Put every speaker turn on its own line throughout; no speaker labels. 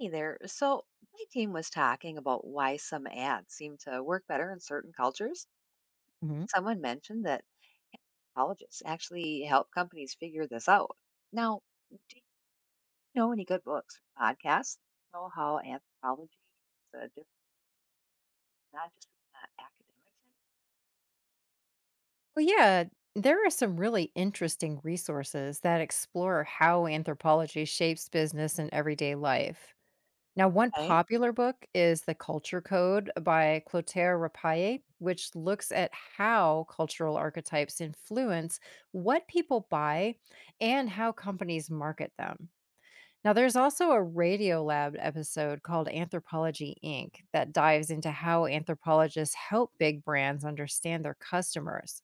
Hey there. So, my team was talking about why some ads seem to work better in certain cultures.
hmm
Someone mentioned that colleges actually help companies figure this out. Now, do you know any good books or podcasts? That Know how anthropology is a different, not just academics.
Well, yeah, there are some really interesting resources that explore how anthropology shapes business and everyday life. Now, one
Okay,
popular book is The Culture Code by Clotaire Rapaille, which looks at how cultural archetypes influence what people buy and how companies market them. Now, there's also a Radiolab episode called Anthropology Inc. that dives into how anthropologists help big brands understand their customers.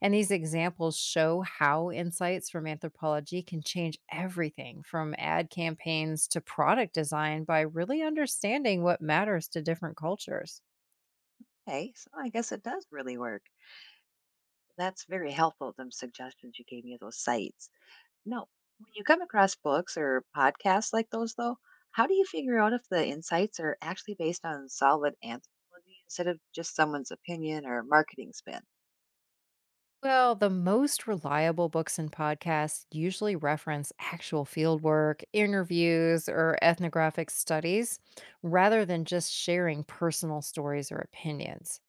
And these examples show how insights from anthropology can change everything from ad campaigns to product design by really understanding what matters to different cultures.
okay. So I guess it does really work. That's very helpful. Them suggestions you gave me of those sites. No. When you come across books or podcasts like those, though, how do you figure out if the insights are actually based on solid anthropology instead of just someone's opinion or marketing spin?
Well, the most reliable books and podcasts usually reference actual fieldwork, interviews, or ethnographic studies rather than just sharing personal stories or opinions.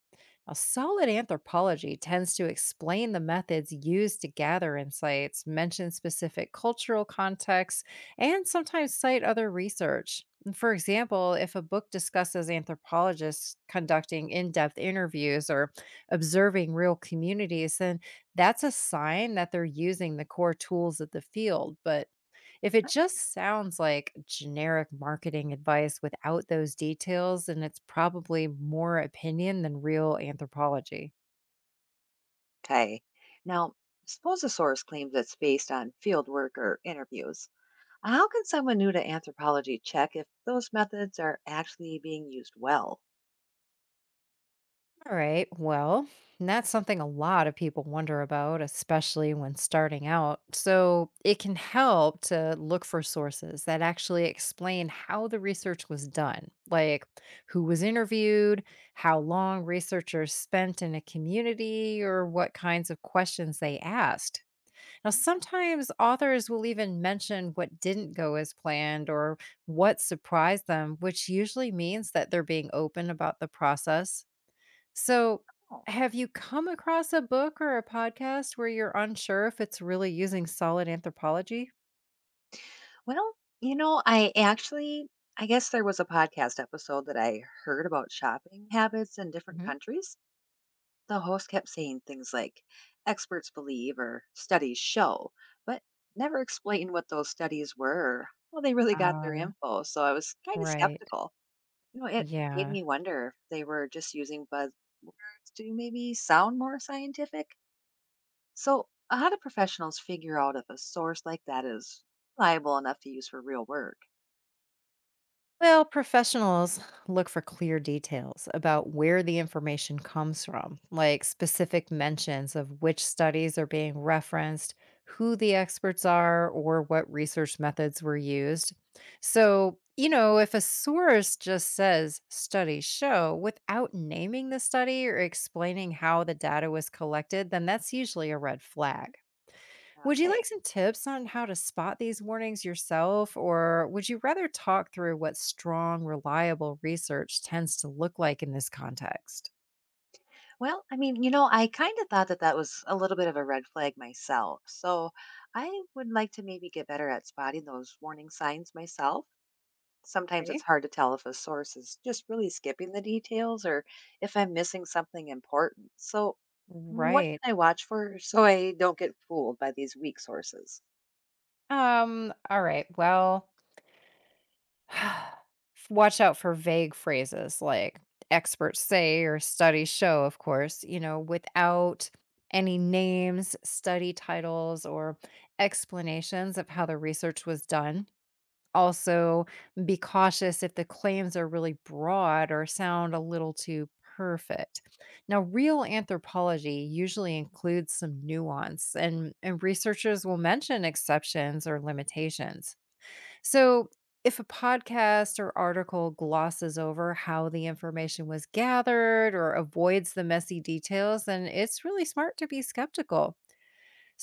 A solid anthropology tends to explain the methods used to gather insights, mention specific cultural contexts, and sometimes cite other research. For example, if a book discusses anthropologists conducting in depth interviews or observing real communities, then that's a sign that they're using the core tools of the field. But if it just sounds like generic marketing advice without those details, then it's probably more opinion than real anthropology.
Okay. Now, suppose a source claims it's based on field work or interviews. How can someone new to anthropology check if those methods are actually being used well?
All right, well, that's something a lot of people wonder about, especially when starting out. So it can help to look for sources that actually explain how the research was done, like who was interviewed, how long researchers spent in a community, or what kinds of questions they asked. Now, sometimes authors will even mention what didn't go as planned or what surprised them, which usually means that they're being open about the process. So,
Oh,
have you come across a book or a podcast where you're unsure if it's really using solid anthropology?
well, I actually, I guess there was a podcast episode that I heard about shopping habits in different
hmm
countries. The host kept saying things like, experts believe or studies show, but never explained what those studies were or how they really got their
Uh,
info. So I was kind of
right.
skeptical. You know, it made
Yeah.
me wonder if they were just using buzzwords to maybe sound more scientific. So, how do professionals figure out if a source like that is reliable enough to use for real work?
Well, professionals look for clear details about where the information comes from, like specific mentions of which studies are being referenced, who the experts are, or what research methods were used. So, you know, if a source just says studies show without naming the study or explaining how the data was collected, then that's usually a red flag. Would you like
Okay.
some tips on how to spot these warnings yourself, or would you rather talk through what strong, reliable research tends to look like in this context?
Well, I mean, I kind of thought that that was a little bit of a red flag myself. So I would like to maybe get better at spotting those warning signs myself. Sometimes it's
Okay.
hard to tell if a source is just really skipping the details or if I'm missing something important. So, what
Right.
should I watch for so I don't get fooled by these weak sources?
All right. Well, f- watch out for vague phrases like experts say or studies show, of course, without any names, study titles, or explanations of how the research was done. Also, be cautious if the claims are really broad or sound a little too perfect. Now, real anthropology usually includes some nuance, and researchers will mention exceptions or limitations. So, if a podcast or article glosses over how the information was gathered or avoids the messy details, then it's really smart to be skeptical.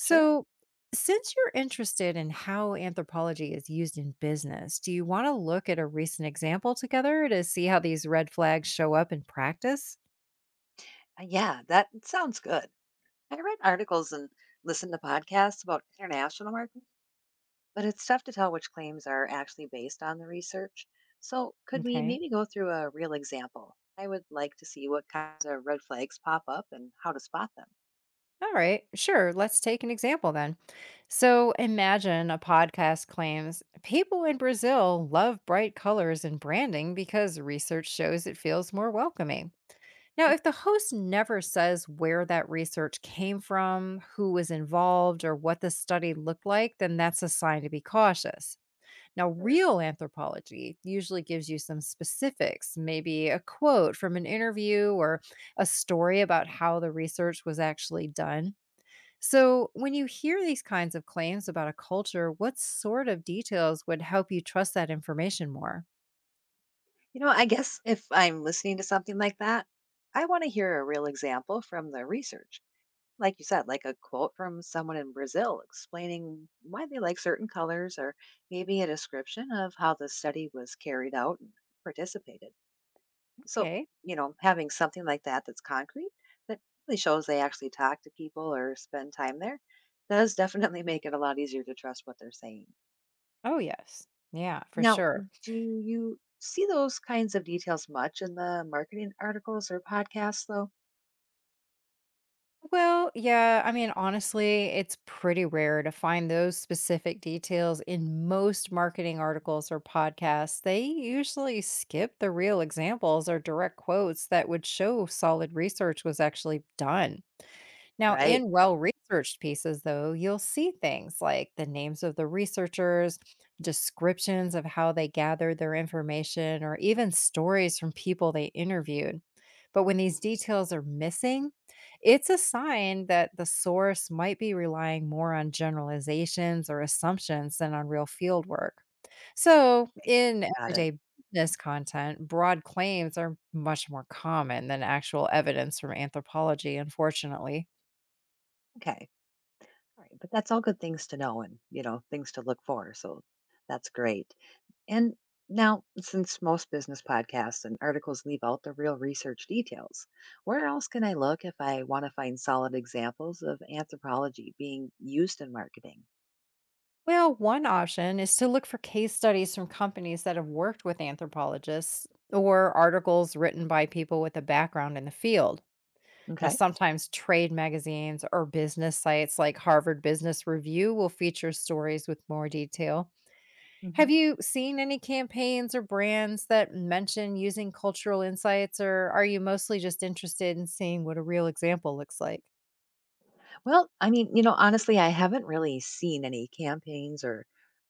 Sure.
since you're interested in how anthropology is used in business, do you want to look at a recent example together to see how these red flags show up in practice?
Yeah, that sounds good. I read articles and listened to podcasts about international markets, but it's tough to tell which claims are actually based on the research. So, could we
Okay.
maybe go through a real example? I would like to see what kinds of red flags pop up and how to spot them.
All right. Sure. Let's take an example then. So, imagine a podcast claims people in Brazil love bright colors and branding because research shows it feels more welcoming. Now, if the host never says where that research came from, who was involved, or what the study looked like, then that's a sign to be cautious. Now,
Sure.
real anthropology usually gives you some specifics, maybe a quote from an interview or a story about how the research was actually done. So, when you hear these kinds of claims about a culture, what sort of details would help you trust that information more?
You know, I guess if I'm listening to something like that, I want to hear a real example from the research. Like you said, like a quote from someone in Brazil explaining why they like certain colors, or maybe a description of how the study was carried out and participated. So,
Okay.
having something like that that's concrete that really shows they actually talk to people or spend time there does definitely make it a lot easier to trust what they're saying.
Oh, yes. Yeah, for
Now,
sure.
do you see those kinds of details much in the marketing articles or podcasts, though?
Well, yeah, I mean, honestly, it's pretty rare to find those specific details in most marketing articles or podcasts. They usually skip the real examples or direct quotes that would show solid research was actually done. Now,
Right.
in well researched pieces, though, you'll see things like the names of the researchers, descriptions of how they gathered their information, or even stories from people they interviewed. But when these details are missing, it's a sign that the source might be relying more on generalizations or assumptions than on real field work. So,
I
in
got it.
everyday business content, broad claims are much more common than actual evidence from anthropology, unfortunately.
Okay. All right. But that's all good things to know and, things to look for. So that's great. And now, since most business podcasts and articles leave out the real research details, where else can I look if I want to find solid examples of anthropology being used in marketing?
Well, one option is to look for case studies from companies that have worked with anthropologists or articles written by people with a background in the field. Now,
Okay.
sometimes trade magazines or business sites like Harvard Business Review will feature stories with more detail. Have
Hmm.
you seen any campaigns or brands that mention using cultural insights, or are you mostly just interested in seeing what a real example looks like?
Well, I mean, honestly, I haven't really seen any campaigns or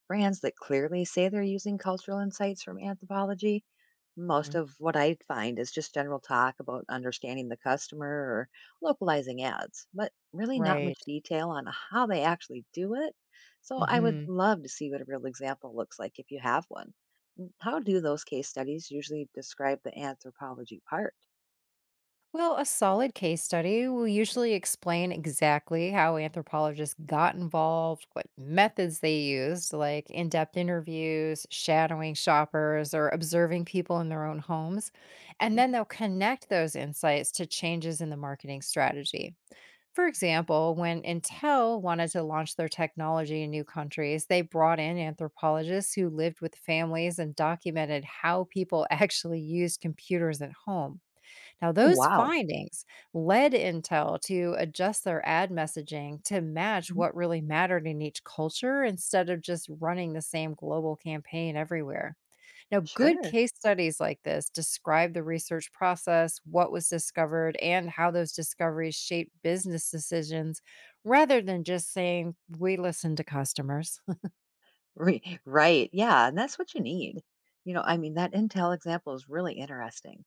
brands that clearly say they're using cultural insights from anthropology. Most
Mhm.
of what I find is just general talk about understanding the customer or localizing ads, but really not much
Right.
detail on how they actually do it. So I would
Mhm.
love to see what a real example looks like if you have one. Mm, how do those case studies usually describe the anthropology part?
Well, a solid case study will usually explain exactly how anthropologists got involved, what methods they used, like in depth interviews, shadowing shoppers, or observing people in their own homes. And then they'll connect those insights to changes in the marketing strategy. For example, when Intel wanted to launch their technology in new countries, they brought in anthropologists who lived with families and documented how people actually used computers at home. Now,
Oh,
those
wow.
findings led Intel to adjust their ad messaging to match
Mhm.
what really mattered in each culture instead of just running the same global campaign everywhere. Now, good
Sure.
case studies like this describe the research process, what was discovered, and how those discoveries shape business decisions rather than just saying, we listen to customers.
Right. Yeah. And that's what you need. You know, I mean, that Intel example is really interesting.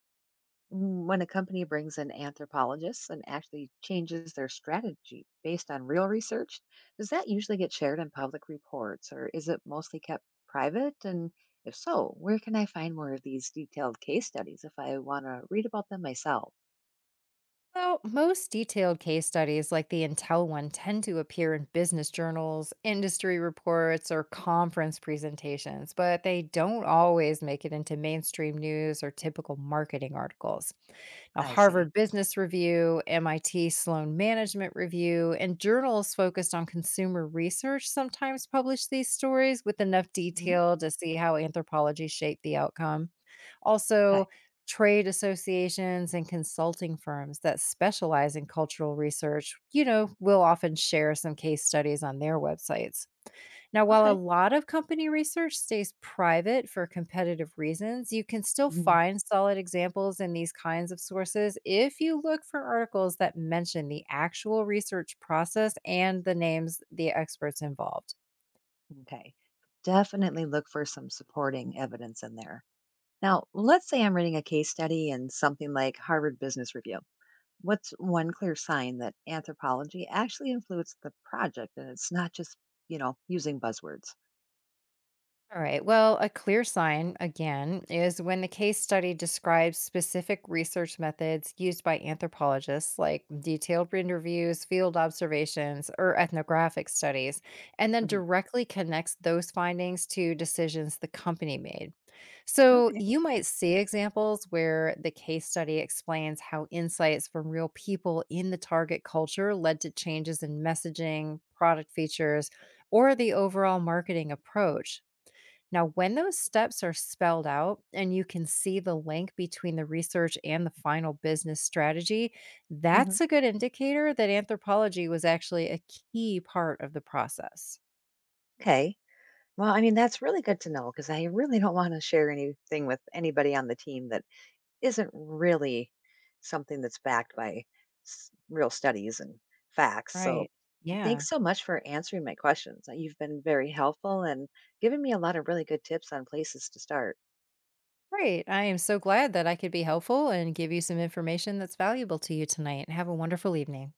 Mm, when a company brings in anthropologists and actually changes their strategy based on real research, does that usually get shared in public reports or is it mostly kept private? And if so, where can I find more of these detailed case studies if I want to read about them myself?
Well, most detailed case studies like the Intel one tend to appear in business journals, industry reports, or conference presentations, but they don't always make it into mainstream news or typical marketing articles. Now,
I see.
Harvard Business Review, MIT Sloan Management Review, and journals focused on consumer research sometimes publish these stories with enough
Mhm.
detail to see how anthropology shaped the outcome.
Okay.
Also, trade associations and consulting firms that specialize in cultural research, will often share some case studies on their websites. Now, while a
Okay.
lot of company research stays private for competitive reasons, you can still
Mhm.
find solid examples in these kinds of sources if you look for articles that mention the actual research process and the names the experts involved.
Okay. Definitely look for some supporting evidence in there. Now, let's say I'm reading a case study in something like Harvard Business Review. What's one clear sign that anthropology actually influenced the project and it's not just, using buzzwords?
All right. Well, a clear sign, again, is when the case study describes specific research methods used by anthropologists, like detailed interviews, field observations, or ethnographic studies, and then
Hmm.
directly connects those findings to decisions the company made. So
Okay.
you might see examples where the case study explains how insights from real people in the target culture led to changes in messaging, product features, or the overall marketing approach. Now, when those steps are spelled out and you can see the link between the research and the final business strategy,
Hmm.
that's a good indicator that anthropology was actually a key part of the process.
Okay. Well, I mean, that's really good to know because I really don't want to share anything with anybody on the team that isn't really something that's backed by real studies and facts. So,
Right. Yeah.
thanks so much for answering my questions. You've been very helpful and given me a lot of really good tips on places to start.
Great. I am so glad that I could be helpful and give you some information that's valuable to you tonight. Have a wonderful evening.